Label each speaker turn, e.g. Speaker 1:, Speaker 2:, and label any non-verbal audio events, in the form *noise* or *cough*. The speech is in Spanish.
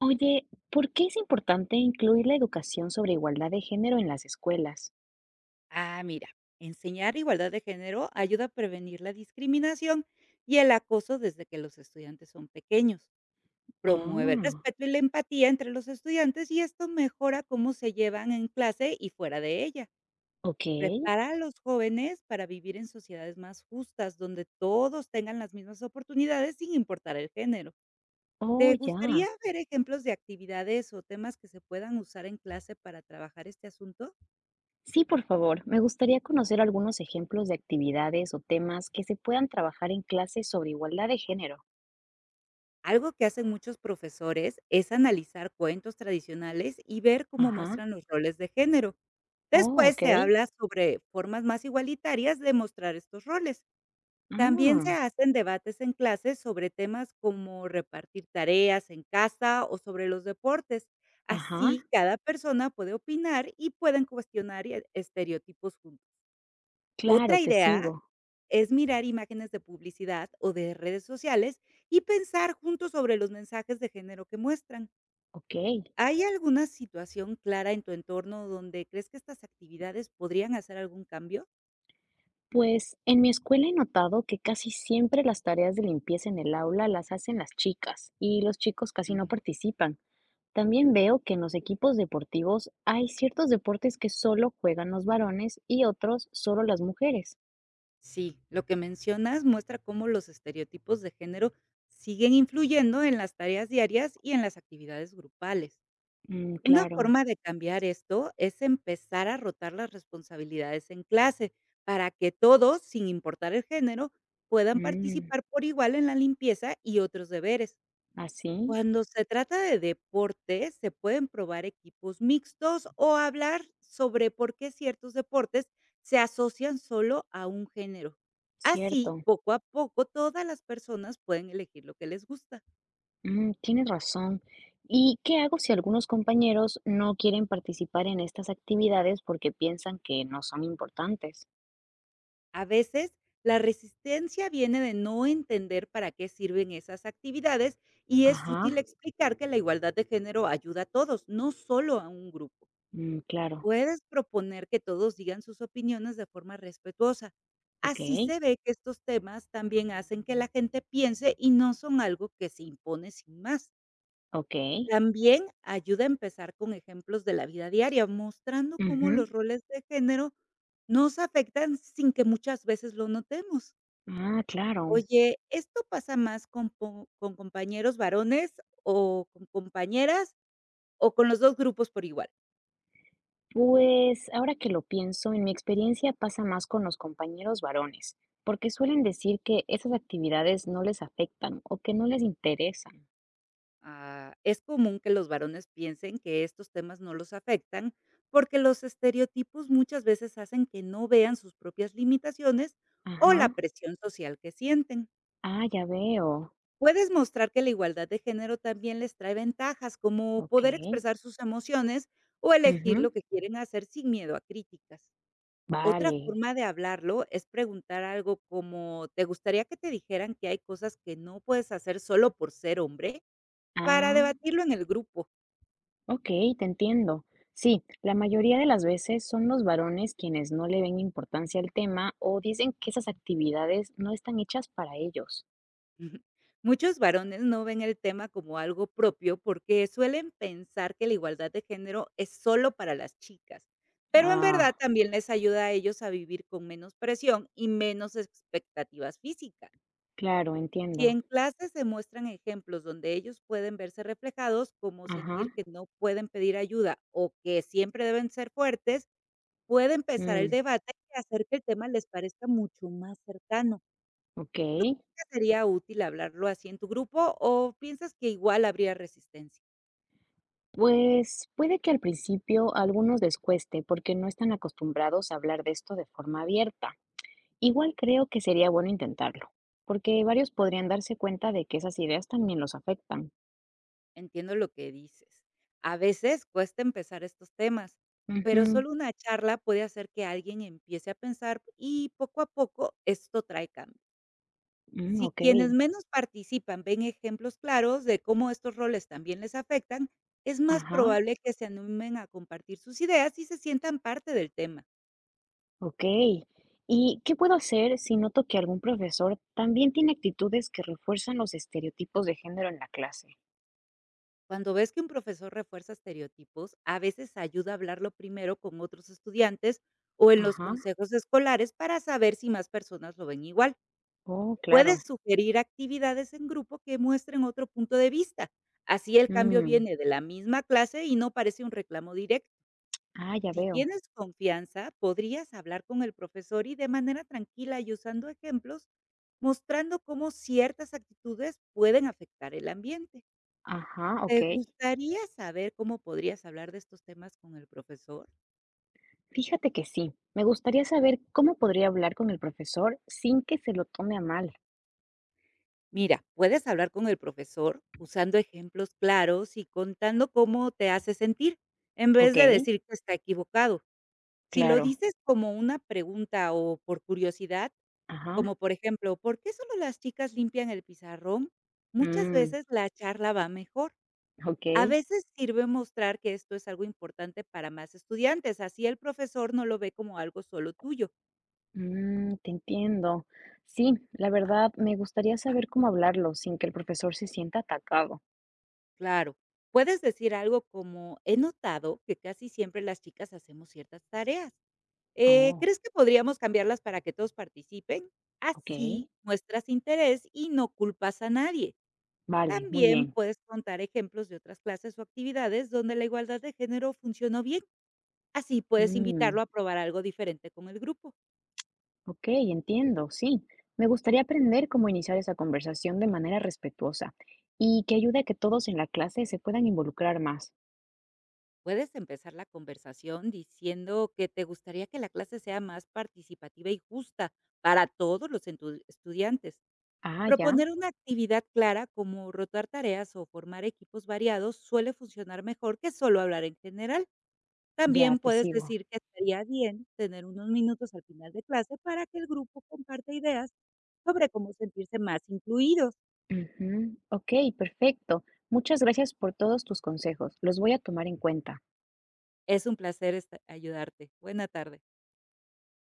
Speaker 1: Oye, ¿por qué es importante incluir la educación sobre igualdad de género en las escuelas?
Speaker 2: Ah, mira, enseñar igualdad de género ayuda a prevenir la discriminación y el acoso desde que los estudiantes son pequeños. Promueve el
Speaker 1: Ah,
Speaker 2: respeto y la empatía entre los estudiantes, y esto mejora cómo se llevan en clase y fuera de ella.
Speaker 1: ok.
Speaker 2: Prepara a los jóvenes para vivir en sociedades más justas, donde todos tengan las mismas oportunidades sin importar el género.
Speaker 1: Oh,
Speaker 2: ¿Te gustaría
Speaker 1: ya.
Speaker 2: ver ejemplos de actividades o temas que se puedan usar en clase para trabajar este asunto?
Speaker 1: Sí, por favor. Me gustaría conocer algunos ejemplos de actividades o temas que se puedan trabajar en clases sobre igualdad de género.
Speaker 2: Algo que hacen muchos profesores es analizar cuentos tradicionales y ver cómo
Speaker 1: Ajá.
Speaker 2: muestran los roles de género.
Speaker 1: Oh,
Speaker 2: Después
Speaker 1: ok.
Speaker 2: se habla sobre formas más igualitarias de mostrar estos roles. También
Speaker 1: Ah,
Speaker 2: se hacen debates en clases sobre temas como repartir tareas en casa o sobre los deportes.
Speaker 1: ajá.
Speaker 2: Así, cada persona puede opinar y pueden cuestionar estereotipos juntos.
Speaker 1: Claro,
Speaker 2: Otra
Speaker 1: te
Speaker 2: idea
Speaker 1: sigo.
Speaker 2: es mirar imágenes de publicidad o de redes sociales y pensar juntos sobre los mensajes de género que muestran.
Speaker 1: Ok.
Speaker 2: ¿Hay alguna situación clara en tu entorno donde crees que estas actividades podrían hacer algún cambio?
Speaker 1: Pues en mi escuela he notado que casi siempre las tareas de limpieza en el aula las hacen las chicas y los chicos casi no
Speaker 2: Mm.
Speaker 1: participan. También veo que en los equipos deportivos hay ciertos deportes que solo juegan los varones y otros solo las mujeres.
Speaker 2: Sí, lo que mencionas muestra cómo los estereotipos de género siguen influyendo en las tareas diarias y en las actividades grupales.
Speaker 1: Mm,
Speaker 2: Una
Speaker 1: claro.
Speaker 2: forma de cambiar esto es empezar a rotar las responsabilidades en clase, para que todos, sin importar el género, puedan
Speaker 1: Mm,
Speaker 2: participar por igual en la limpieza y otros deberes.
Speaker 1: así,
Speaker 2: Cuando se trata de deporte, se pueden probar equipos mixtos o hablar sobre por qué ciertos deportes se asocian solo a un género. Así,
Speaker 1: cierto.
Speaker 2: poco a poco, todas las personas pueden elegir lo que les gusta.
Speaker 1: Mm, tienes razón. ¿Y qué hago si algunos compañeros no quieren participar en estas actividades porque piensan que no son importantes?
Speaker 2: A veces, la resistencia viene de no entender para qué sirven esas actividades, y es
Speaker 1: Ajá.
Speaker 2: útil explicar que la igualdad de género ayuda a todos, no solo a un grupo.
Speaker 1: Mm, claro.
Speaker 2: Puedes proponer que todos digan sus opiniones de forma respetuosa.
Speaker 1: Ok.
Speaker 2: Así se ve que estos temas también hacen que la gente piense, y no son algo que se impone sin más.
Speaker 1: Okey.
Speaker 2: También ayuda a empezar con ejemplos de la vida diaria, mostrando cómo los
Speaker 1: Ujú.
Speaker 2: roles de género nos afectan sin que muchas veces lo notemos.
Speaker 1: Ah, claro.
Speaker 2: Oye, ¿esto pasa más con po con compañeros varones, o con compañeras, o con los 2 grupos por igual?
Speaker 1: Pues, ahora que lo pienso, en mi experiencia pasa más con los compañeros varones, porque suelen decir que esas actividades no les afectan o que no les interesan.
Speaker 2: Ah, es común que los varones piensen que estos temas no los afectan, porque los estereotipos muchas veces hacen que no vean sus propias limitaciones o
Speaker 1: Ajá.
Speaker 2: la presión social que sienten.
Speaker 1: Ah, ya veo.
Speaker 2: Puedes mostrar que la igualdad de género también les trae ventajas, como poder
Speaker 1: Okey.
Speaker 2: expresar sus emociones o elegir
Speaker 1: Ujú.
Speaker 2: lo que quieren hacer sin miedo a críticas. Otra
Speaker 1: Vale.
Speaker 2: forma de hablarlo es preguntar algo como, ¿te gustaría que te dijeran que hay cosas que no puedes hacer solo por ser hombre? Para
Speaker 1: Ah,
Speaker 2: debatirlo en el grupo.
Speaker 1: okey, te entiendo. Sí, la mayoría de las veces son los varones quienes no le ven importancia al tema o dicen que esas actividades no están hechas para ellos.
Speaker 2: *laughs* Muchos varones no ven el tema como algo propio, porque suelen pensar que la igualdad de género es solo para las chicas, pero en
Speaker 1: Ah,
Speaker 2: verdad también les ayuda a ellos a vivir con menos presión y menos expectativas físicas.
Speaker 1: claro,
Speaker 2: Si
Speaker 1: entiendo.
Speaker 2: en clases se muestran ejemplos donde ellos pueden verse reflejados, como
Speaker 1: Ajá,
Speaker 2: sentir que no pueden pedir ayuda o que siempre deben ser fuertes, puede empezar el
Speaker 1: mm,
Speaker 2: debate y hacer que el tema les parezca mucho más cercano.
Speaker 1: ok.
Speaker 2: ¿Te ¿Sería útil hablarlo así en tu grupo, o piensas que igual habría resistencia?
Speaker 1: Pues puede que al principio a algunos les cueste porque no están acostumbrados a hablar de esto de forma abierta.
Speaker 2: Ok.
Speaker 1: Igual creo que sería bueno intentarlo, porque varios podrían darse cuenta de que esas ideas también los afectan.
Speaker 2: Entiendo lo que dices. A veces cuesta empezar estos temas, pero
Speaker 1: Ujú,
Speaker 2: solo una charla puede hacer que alguien empiece a pensar, y poco a poco esto trae cambio.
Speaker 1: mm,
Speaker 2: Si
Speaker 1: ok,
Speaker 2: quienes menos participan ven ejemplos claros de cómo estos roles también les afectan, es más
Speaker 1: ajá,
Speaker 2: probable que se animen a compartir sus ideas y se sientan parte del tema.
Speaker 1: ok. ¿Y qué puedo hacer si noto que algún profesor también tiene actitudes que refuerzan los estereotipos de género en la clase?
Speaker 2: Cuando ves que un profesor refuerza estereotipos, a veces ayuda a hablarlo primero con otros estudiantes o en los
Speaker 1: Ajá,
Speaker 2: consejos escolares, para saber si más personas lo ven igual.
Speaker 1: oh,
Speaker 2: Puedes
Speaker 1: claro.
Speaker 2: sugerir actividades en grupo que muestren otro punto de vista. Así el cambio
Speaker 1: Mm,
Speaker 2: viene de la misma clase y no parece un reclamo directo.
Speaker 1: ah, ya
Speaker 2: Si
Speaker 1: veo.
Speaker 2: tienes confianza, podrías hablar con el profesor y de manera tranquila y usando ejemplos, mostrando cómo ciertas actitudes pueden afectar el ambiente.
Speaker 1: Ajá, ok.
Speaker 2: ¿Te gustaría saber cómo podrías hablar de estos temas con el profesor?
Speaker 1: Fíjate que sí, me gustaría saber cómo podría hablar con el profesor sin que se lo tome a mal.
Speaker 2: Mira, puedes hablar con el profesor usando ejemplos claros y contando cómo te hace sentir, en vez
Speaker 1: Ok,
Speaker 2: de decir que está equivocado. Si lo
Speaker 1: claro,
Speaker 2: dices como una pregunta o por curiosidad,
Speaker 1: ajá,
Speaker 2: como por ejemplo, ¿por qué solo las chicas limpian el pizarrón?, muchas
Speaker 1: mm,
Speaker 2: veces la charla va mejor. A
Speaker 1: ok,
Speaker 2: veces sirve mostrar que esto es algo importante para más estudiantes, así el profesor no lo ve como algo solo tuyo.
Speaker 1: mm, te entiendo. Sí, la verdad, me gustaría saber cómo hablarlo sin que el profesor se sienta atacado.
Speaker 2: Claro, puedes decir algo como, he notado que casi siempre las chicas hacemos ciertas tareas.
Speaker 1: Oh,
Speaker 2: ¿Crees que podríamos cambiarlas para que todos participen?
Speaker 1: ok,
Speaker 2: Así muestras interés y no culpas a nadie.
Speaker 1: vale, muy
Speaker 2: También
Speaker 1: bien.
Speaker 2: puedes contar ejemplos de otras clases o actividades donde la igualdad de género funcionó bien. Así puedes invitarlo
Speaker 1: Mm,
Speaker 2: a probar algo diferente con el grupo.
Speaker 1: ok, entiendo, sí. Me gustaría aprender cómo iniciar esa conversación de manera respetuosa y que ayude a que todos en la clase se puedan involucrar más.
Speaker 2: Puedes empezar la conversación diciendo que te gustaría que la clase sea más participativa y justa para todos los estudiantes.
Speaker 1: Ah, ya.
Speaker 2: Proponer una actividad clara como rotar tareas o formar equipos variados suele funcionar mejor que solo hablar en general.
Speaker 1: Ya,
Speaker 2: También
Speaker 1: te
Speaker 2: puedes
Speaker 1: sigo.
Speaker 2: decir que estaría bien tener unos minutos al final de clase para que el grupo comparte ideas sobre cómo sentirse más incluidos.
Speaker 1: Ujú. Ok, perfecto. Muchas gracias por todos tus consejos. Los voy a tomar en cuenta.
Speaker 2: Es un placer ayudarte. Buena tarde.